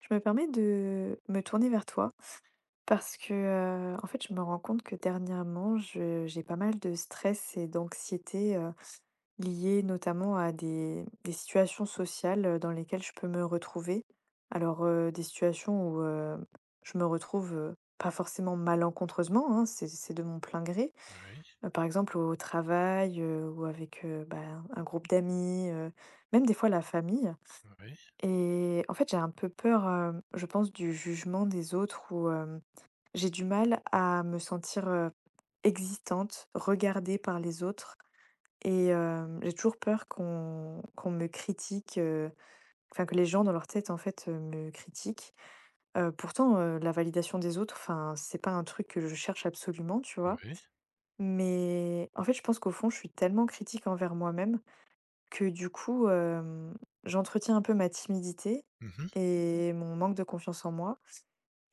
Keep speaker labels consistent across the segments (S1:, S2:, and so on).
S1: Je me permets de me tourner vers toi parce que, en fait, je me rends compte que dernièrement, je j'ai pas mal de stress et d'anxiété, liés notamment à des situations sociales, dans lesquelles je peux me retrouver. Alors, des situations où, je me retrouve, pas forcément malencontreusement, hein, c'est de mon plein gré.
S2: Oui,
S1: Par exemple au travail, ou avec, bah, un groupe d'amis, même des fois la famille.
S2: oui,
S1: Et en fait, j'ai un peu peur, je pense, du jugement des autres ou, j'ai du mal à me sentir, existante, regardée par les autres et j'ai toujours peur qu'on me critique, enfin que les gens dans leur tête, en fait, me critiquent. Pourtant, la validation des autres, enfin, c'est pas un truc que je cherche absolument, tu vois?
S2: oui.
S1: Mais en fait, je pense qu'au fond, je suis tellement critique envers moi-même que du coup, j'entretiens un peu ma timidité
S2: Mmh.
S1: et mon manque de confiance en moi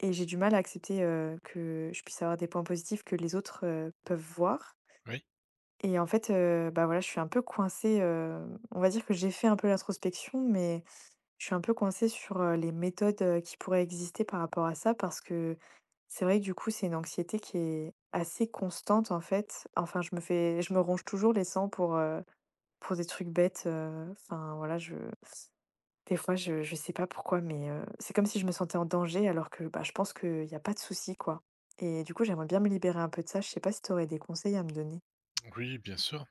S1: et j'ai du mal à accepter, que je puisse avoir des points positifs que les autres, peuvent voir
S2: Oui.
S1: et en fait, bah, voilà, je suis un peu coincée, on va dire que j'ai fait un peu l'introspection, mais je suis un peu coincée sur, les méthodes, qui pourraient exister par rapport à ça parce que c'est vrai que du coup, c'est une anxiété qui est assez constante en fait. Enfin, je me ronge toujours les sangs pour des trucs bêtes, enfin voilà, je des fois je sais pas pourquoi, mais c'est comme si je me sentais en danger alors que, bah, je pense qu'il y a pas de souci, quoi et du coup, j'aimerais bien me libérer un peu de ça. Je sais pas si tu aurais des conseils à me donner?
S2: Oui, bien sûr.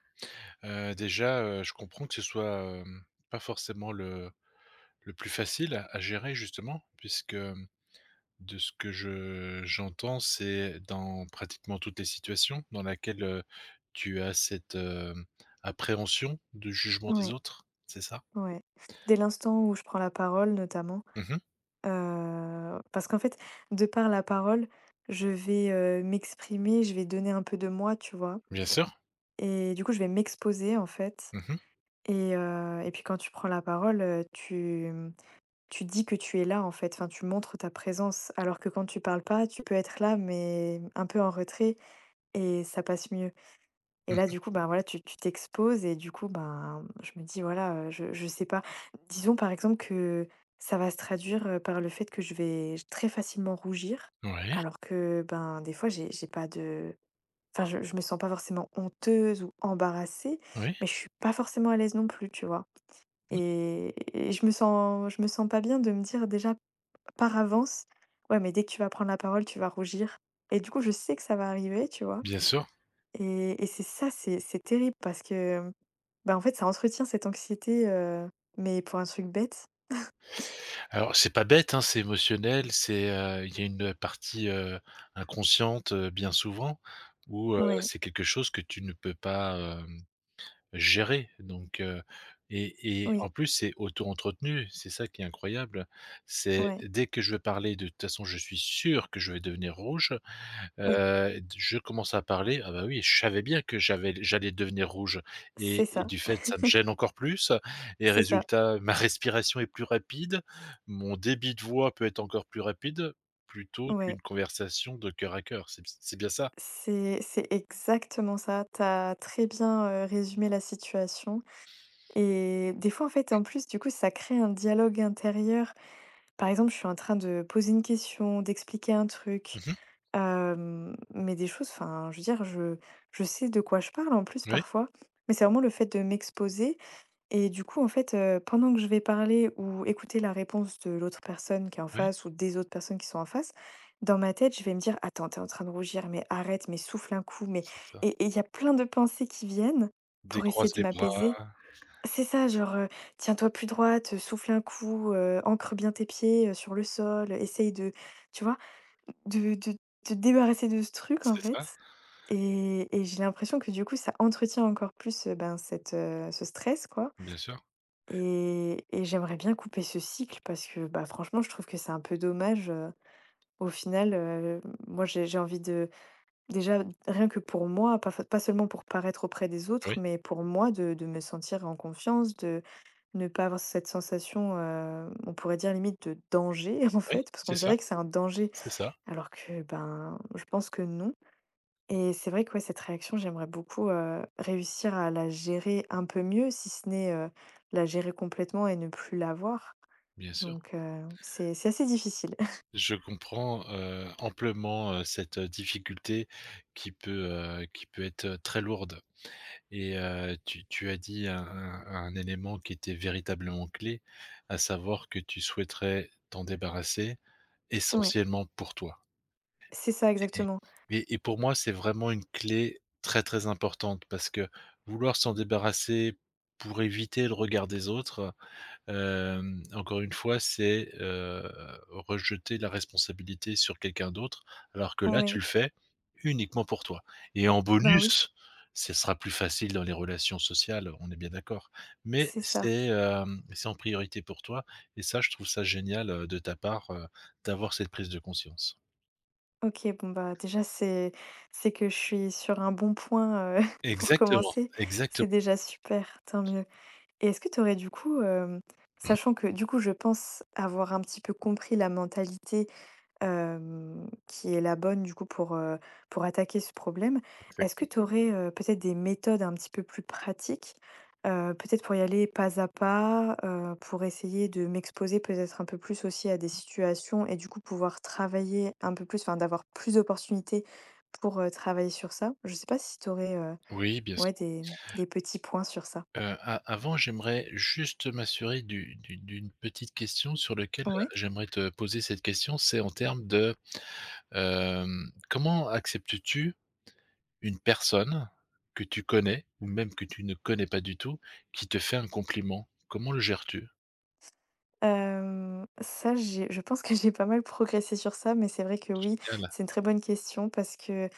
S2: Déjà, je comprends que ce soit, pas forcément le plus facile à gérer justement puisque, de ce que je j'entends, c'est dans pratiquement toutes les situations dans laquelle, tu as cette, appréhension de jugement des
S1: Ouais,
S2: autres, c'est ça?
S1: ouais. Dès l'instant où je prends la parole notamment,
S2: Mmh.
S1: parce qu'en fait, de par la parole, je vais, m'exprimer, je vais donner un peu de moi, tu vois?
S2: Bien sûr.
S1: Et du coup, je vais m'exposer en fait
S2: Mmh mh.
S1: et puis quand tu prends la parole, Tu dis que tu es là en fait, enfin, tu montres ta présence, alors que quand tu parles pas, tu peux être là, mais un peu en retrait et ça passe mieux. Et là,
S2: Mmh.
S1: du coup, ben voilà, tu t'exposes et du coup, ben, je me dis, voilà, je sais pas. Disons par exemple que ça va se traduire, par le fait que je vais très facilement rougir,
S2: Oui,
S1: alors que, ben, des fois, j'ai pas de enfin, je me sens pas forcément honteuse ou embarrassée,
S2: oui,
S1: mais je suis pas forcément à l'aise non plus, tu vois?
S2: oui,
S1: Et et je me sens pas bien de me dire déjà par avance, ouais, mais dès que tu vas prendre la parole, tu vas rougir et du coup, je sais que ça va arriver, tu vois?
S2: bien sûr.
S1: Et c'est ça, c'est terrible parce que, mmh, bah, en fait, ça entretient cette anxiété, mais pour un truc bête.
S2: Alors c'est pas bête, hein, c'est émotionnel, c'est, il y a une partie, inconsciente, bien souvent où,
S1: Ouais,
S2: c'est quelque chose que tu ne peux pas, gérer donc. Et
S1: oui,
S2: en plus c'est auto-entretenu, c'est ça qui est incroyable. C'est
S1: ouais,
S2: dès que je vais parler de toute façon je suis sûr que je vais devenir rouge.
S1: oui,
S2: Je commence à parler, ah bah, oui, je savais bien que j'allais devenir rouge
S1: c'est
S2: et
S1: ça,
S2: du fait, ça me gêne encore plus et
S1: c'est ça,
S2: résultat, ma respiration est plus rapide, mon débit de voix peut être encore plus rapide, plutôt
S1: ouais.
S2: qu'une conversation de cœur à cœur. C'est bien ça?
S1: C'est exactement ça. T'as très bien, résumé la situation et des fois, en fait, en plus, du coup, ça crée un dialogue intérieur Par exemple, je suis en train de poser une question, d'expliquer un truc,
S2: Mmh.
S1: mais des choses, enfin, je veux dire, je sais de quoi je parle en plus
S2: Oui,
S1: parfois, mais c'est vraiment le fait de m'exposer et du coup, en fait, pendant que je vais parler ou écouter la réponse de l'autre personne qui est en
S2: oui,
S1: face ou des autres personnes qui sont en face, dans ma tête, je vais me dire: «Attends, t'es en train de rougir, mais arrête, mais souffle un coup, mais»
S2: c'est ça.
S1: et il y a plein de pensées qui viennent pour essayer
S2: Décroise
S1: de
S2: les bras,
S1: m'apaiser. C'est ça, genre, tiens-toi plus droite, souffle un coup, ancre bien tes pieds, sur le sol, essaye de tu vois? De te débarrasser de ce truc, en
S2: c'est ça,
S1: fait et j'ai l'impression que du coup, ça entretient encore plus, ben, ce stress, quoi
S2: bien sûr.
S1: et j'aimerais bien couper ce cycle parce que, bah, franchement, je trouve que c'est un peu dommage, au final, moi, j'ai envie de Déjà, rien que pour moi, pas seulement pour paraître auprès des autres,
S2: Oui,
S1: mais pour moi, de me sentir en confiance, de ne pas avoir cette sensation, on pourrait dire limite de danger, en
S2: oui,
S1: fait, parce qu'on dirait que c'est un danger,
S2: c'est ça,
S1: alors que ben, je pense que non. Et c'est vrai que ouais, cette réaction, j'aimerais beaucoup réussir à la gérer un peu mieux, si ce n'est la gérer complètement et ne plus l'avoir.
S2: bien sûr.
S1: Donc, c'est assez difficile.
S2: Je comprends, amplement, cette, difficulté qui peut, qui peut être, très lourde. Et tu as dit un élément qui était véritablement clé, à savoir que tu souhaiterais t'en débarrasser,
S1: Ouais,
S2: essentiellement pour toi.
S1: c'est ça
S2: Et
S1: exactement.
S2: et pour moi, c'est vraiment une clé très, très importante parce que vouloir s'en débarrasser pour éviter le regard des autres. Encore une fois, c'est, rejeter la responsabilité sur quelqu'un d'autre, alors que là, tu
S1: Oui,
S2: le fais uniquement pour toi et en
S1: ben oui,
S2: bonus, ce sera plus facile dans les relations sociales, on est bien d'accord, mais
S1: c'est ça.
S2: c'est, c'est en priorité pour toi et ça, je trouve ça génial, de ta part, d'avoir cette prise de conscience.
S1: OK, bon, bah, déjà, c'est que je suis sur un bon point, pour
S2: Exactement,
S1: commencer. C'est
S2: exactement,
S1: déjà super, tant mieux et est-ce que tu aurais du coup, sachant que, du coup, je pense avoir un petit peu compris la mentalité qui est la bonne du coup pour attaquer ce problème. Est-ce que
S2: exactement.
S1: tu aurais, peut-être des méthodes un petit peu plus pratiques? Peut-être pour y aller pas à pas, pour essayer de m'exposer peut-être un peu plus aussi à des situations et du coup pouvoir travailler un peu plus, enfin d'avoir plus d'opportunités pour, travailler sur ça? Je sais pas si tu aurais,
S2: Oui, bien
S1: ouais
S2: sûr.
S1: des petits points sur ça?
S2: A avant, j'aimerais juste m'assurer du d'une petite question sur laquelle
S1: Ouais.
S2: j'aimerais te poser cette question. C'est en termes de, comment acceptes-tu une personne que tu connais ou même que tu ne connais pas du tout, qui te fait un compliment? Comment le gères-tu?
S1: Ça j'ai je pense que j'ai pas mal progressé sur ça, mais c'est vrai que oui,
S2: Génial.
S1: c'est une très bonne question parce que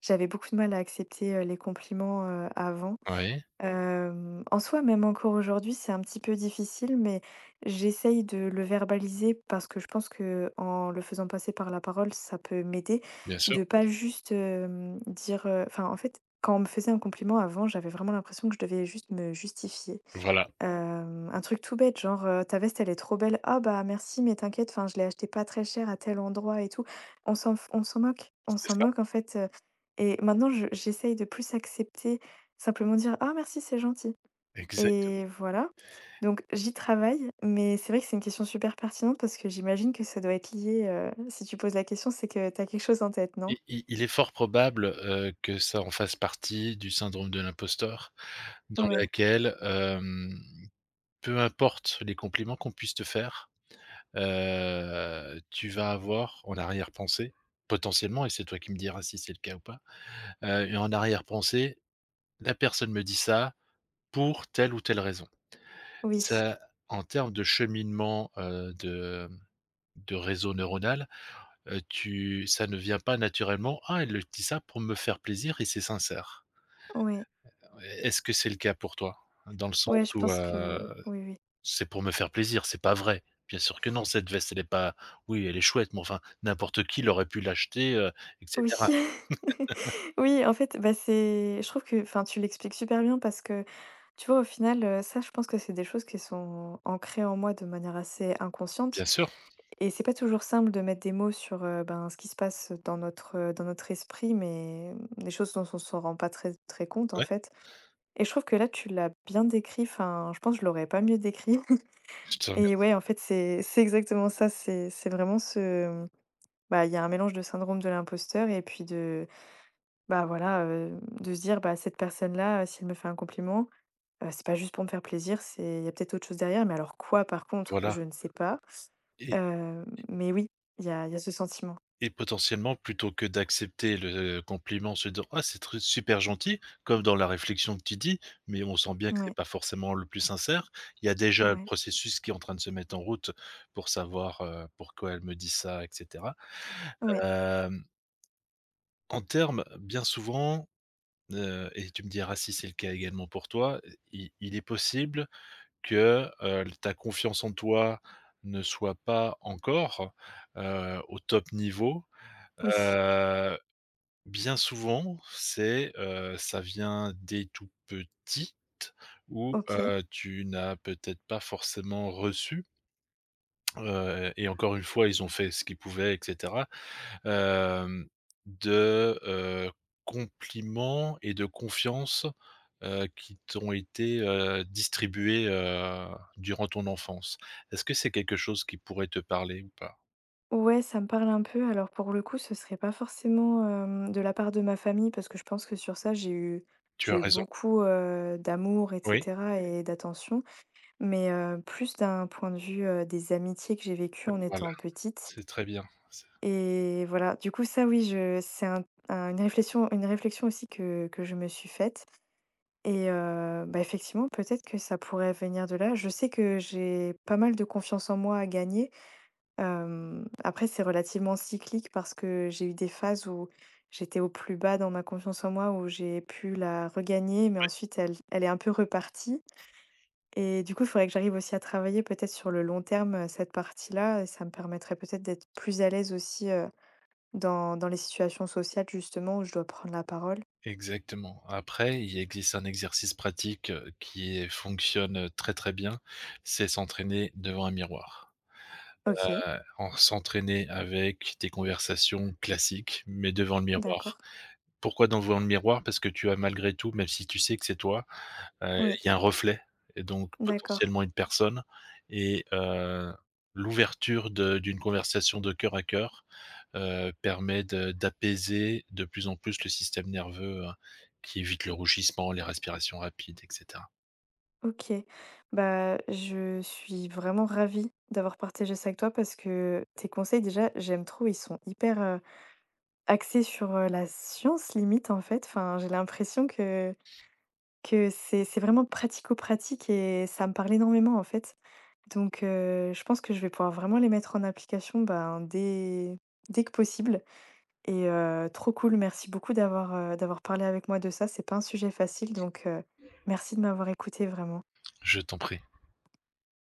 S1: j'avais beaucoup de mal à accepter, les compliments, avant.
S2: Oui,
S1: En soi, même encore aujourd'hui, c'est un petit peu difficile, mais j'essaye de le verbaliser parce que je pense que en le faisant passer par la parole, ça peut m'aider.
S2: bien sûr.
S1: De pas juste, dire, enfin, en fait, quand on me faisait un compliment avant, j'avais vraiment l'impression que je devais juste me justifier.
S2: Voilà,
S1: Un truc tout bête, genre, «Ta veste, elle est trop belle». «Ah bah merci, mais t'inquiète, enfin, je l'ai achetée pas très cher à tel endroit et tout». On s'en moque, on
S2: c'est
S1: s'en
S2: ça.
S1: moque en fait, et maintenant je j'essaye de plus accepter, simplement dire: «Ah merci, c'est gentil»
S2: Exactement.
S1: et voilà. Donc j'y travaille, mais c'est vrai que c'est une question super pertinente parce que j'imagine que ça doit être lié, si tu poses la question, c'est que t'as quelque chose en tête,
S2: I
S1: non?
S2: i Il est fort probable, que ça en fasse partie du syndrome de l'imposteur dans
S1: Ouais,
S2: laquelle, peu importe les compliments qu'on puisse te faire, tu vas avoir en arrière-pensée, potentiellement, et c'est toi qui me diras si c'est le cas ou pas, et en arrière-pensée : « La personne me dit ça pour telle ou telle raison ».
S1: oui,
S2: Ça, en termes de cheminement, de, de réseau neuronal, tu ça ne vient pas naturellement : « Ah, elle le dit ça pour me faire plaisir et c'est sincère ».
S1: ouais,
S2: Est-ce que c'est le cas pour toi? Dans le
S1: ouais,
S2: sens
S1: je
S2: où,
S1: pense que
S2: heu
S1: oui, oui.
S2: C'est pour me faire plaisir, c'est pas vrai. Bien sûr que non, cette veste, elle est pas oui, elle est chouette, mais enfin, n'importe qui l'aurait pu l'acheter, et
S1: Oui.
S2: cetera.
S1: Oui, en fait, bah, c'est je trouve que enfin, tu l'expliques super bien parce que, tu vois, au final, ça, je pense que c'est des choses qui sont ancrées en moi de manière assez inconsciente
S2: Bien sûr,
S1: et c'est pas toujours simple de mettre des mots sur, ben, ce qui se passe dans notre esprit, mais mmh, des choses dont on s'en rend pas très très compte, en
S2: ouais,
S1: fait et je trouve que là, tu l'as bien décrit, enfin, je pense que je l'aurais pas mieux décrit
S2: je te
S1: et
S2: remercie,
S1: ouais, en fait, c'est exactement ça, c'est vraiment ce, mmh, bah, il y a un mélange de syndrome de l'imposteur et puis de bah, voilà, de se dire: «Bah, cette personne-là, si elle me fait un compliment, c'est pas juste pour me faire plaisir, c'est il y a peut-être autre chose derrière, mais alors quoi par contre,
S2: voilà.
S1: je ne sais pas».
S2: et
S1: Mais oui, il y a ce sentiment.
S2: et potentiellement, plutôt que d'accepter le compliment en se disant : « Ah, c'est tr super gentil », comme dans la réflexion que tu dis, mais on sent bien que c'est
S1: Ouais,
S2: pas forcément le plus sincère. Il y a déjà le
S1: ouais,
S2: processus qui est en train de se mettre en route pour savoir, pourquoi elle me dit ça et cetera.
S1: ouais,
S2: Hem, En termes bien souvent et tu me diras si c'est le cas également pour toi, i il est possible que, ta confiance en toi ne soit pas encore, au top niveau.
S1: oui,
S2: Heu, bien souvent, c'est, ça vient des tout petits où,
S1: OK.
S2: tu n'as peut-être pas forcément reçu, et encore une fois, ils ont fait ce qu'ils pouvaient etc. Hem, de, compliments et de confiance, qui t'ont été, distribués, durant ton enfance. Est-ce que c'est quelque chose qui pourrait te parler ou pas?
S1: Ouais, ça me parle un peu. Alors pour le coup, ce serait pas forcément, de la part de ma famille parce que je pense que sur ça,
S2: Tu
S1: j'ai
S2: as
S1: eu
S2: raison.
S1: beaucoup, d'amour et
S2: Oui,
S1: cetera et d'attention, mais plus d'un point de vue, des amitiés que j'ai vécues en
S2: voilà,
S1: étant petite.
S2: c'est très bien. C'est
S1: Et voilà, du coup, ça oui, je c'est un une réflexion aussi que je me suis faite et bah, effectivement, peut-être que ça pourrait venir de là. Je sais que j'ai pas mal de confiance en moi à gagner. Après, c'est relativement cyclique parce que j'ai eu des phases où j'étais au plus bas dans ma confiance en moi, où j'ai pu la regagner, mais ensuite elle est un peu repartie et du coup, il faudrait que j'arrive aussi à travailler peut-être sur le long terme, cette partie-là et ça me permettrait peut-être d'être plus à l'aise aussi, dans les situations sociales justement où je dois prendre la parole?
S2: exactement. Après, il existe un exercice pratique, qui est fonctionne, très, très bien, c'est s'entraîner devant un miroir.
S1: OK,
S2: En s'entraîner avec des conversations classiques, mais devant le
S1: d'accord.
S2: miroir. Pourquoi dans le miroir? Parce que tu as malgré tout, même si tu sais que c'est toi,
S1: Oui,
S2: il y a un reflet et donc
S1: d'accord.
S2: potentiellement une personne. Et l'ouverture de d'une conversation de cœur à cœur, permet de d'apaiser de plus en plus le système nerveux, qui évite le rougissement, les respirations rapides et cetera.
S1: OK. Bah, je suis vraiment ravie d'avoir partagé ça avec toi parce que tes conseils déjà, j'aime trop, ils sont hyper, axés sur, la science limite en fait. Enfin, j'ai l'impression que c'est vraiment pratico-pratique et ça me parle énormément en fait. Donc je pense que je vais pouvoir vraiment les mettre en application, ben, dès dès que possible. Et trop cool, merci beaucoup d'avoir, d'avoir parlé avec moi de ça. C'est pas un sujet facile donc merci de m'avoir écoutée vraiment.
S2: Je t'en prie.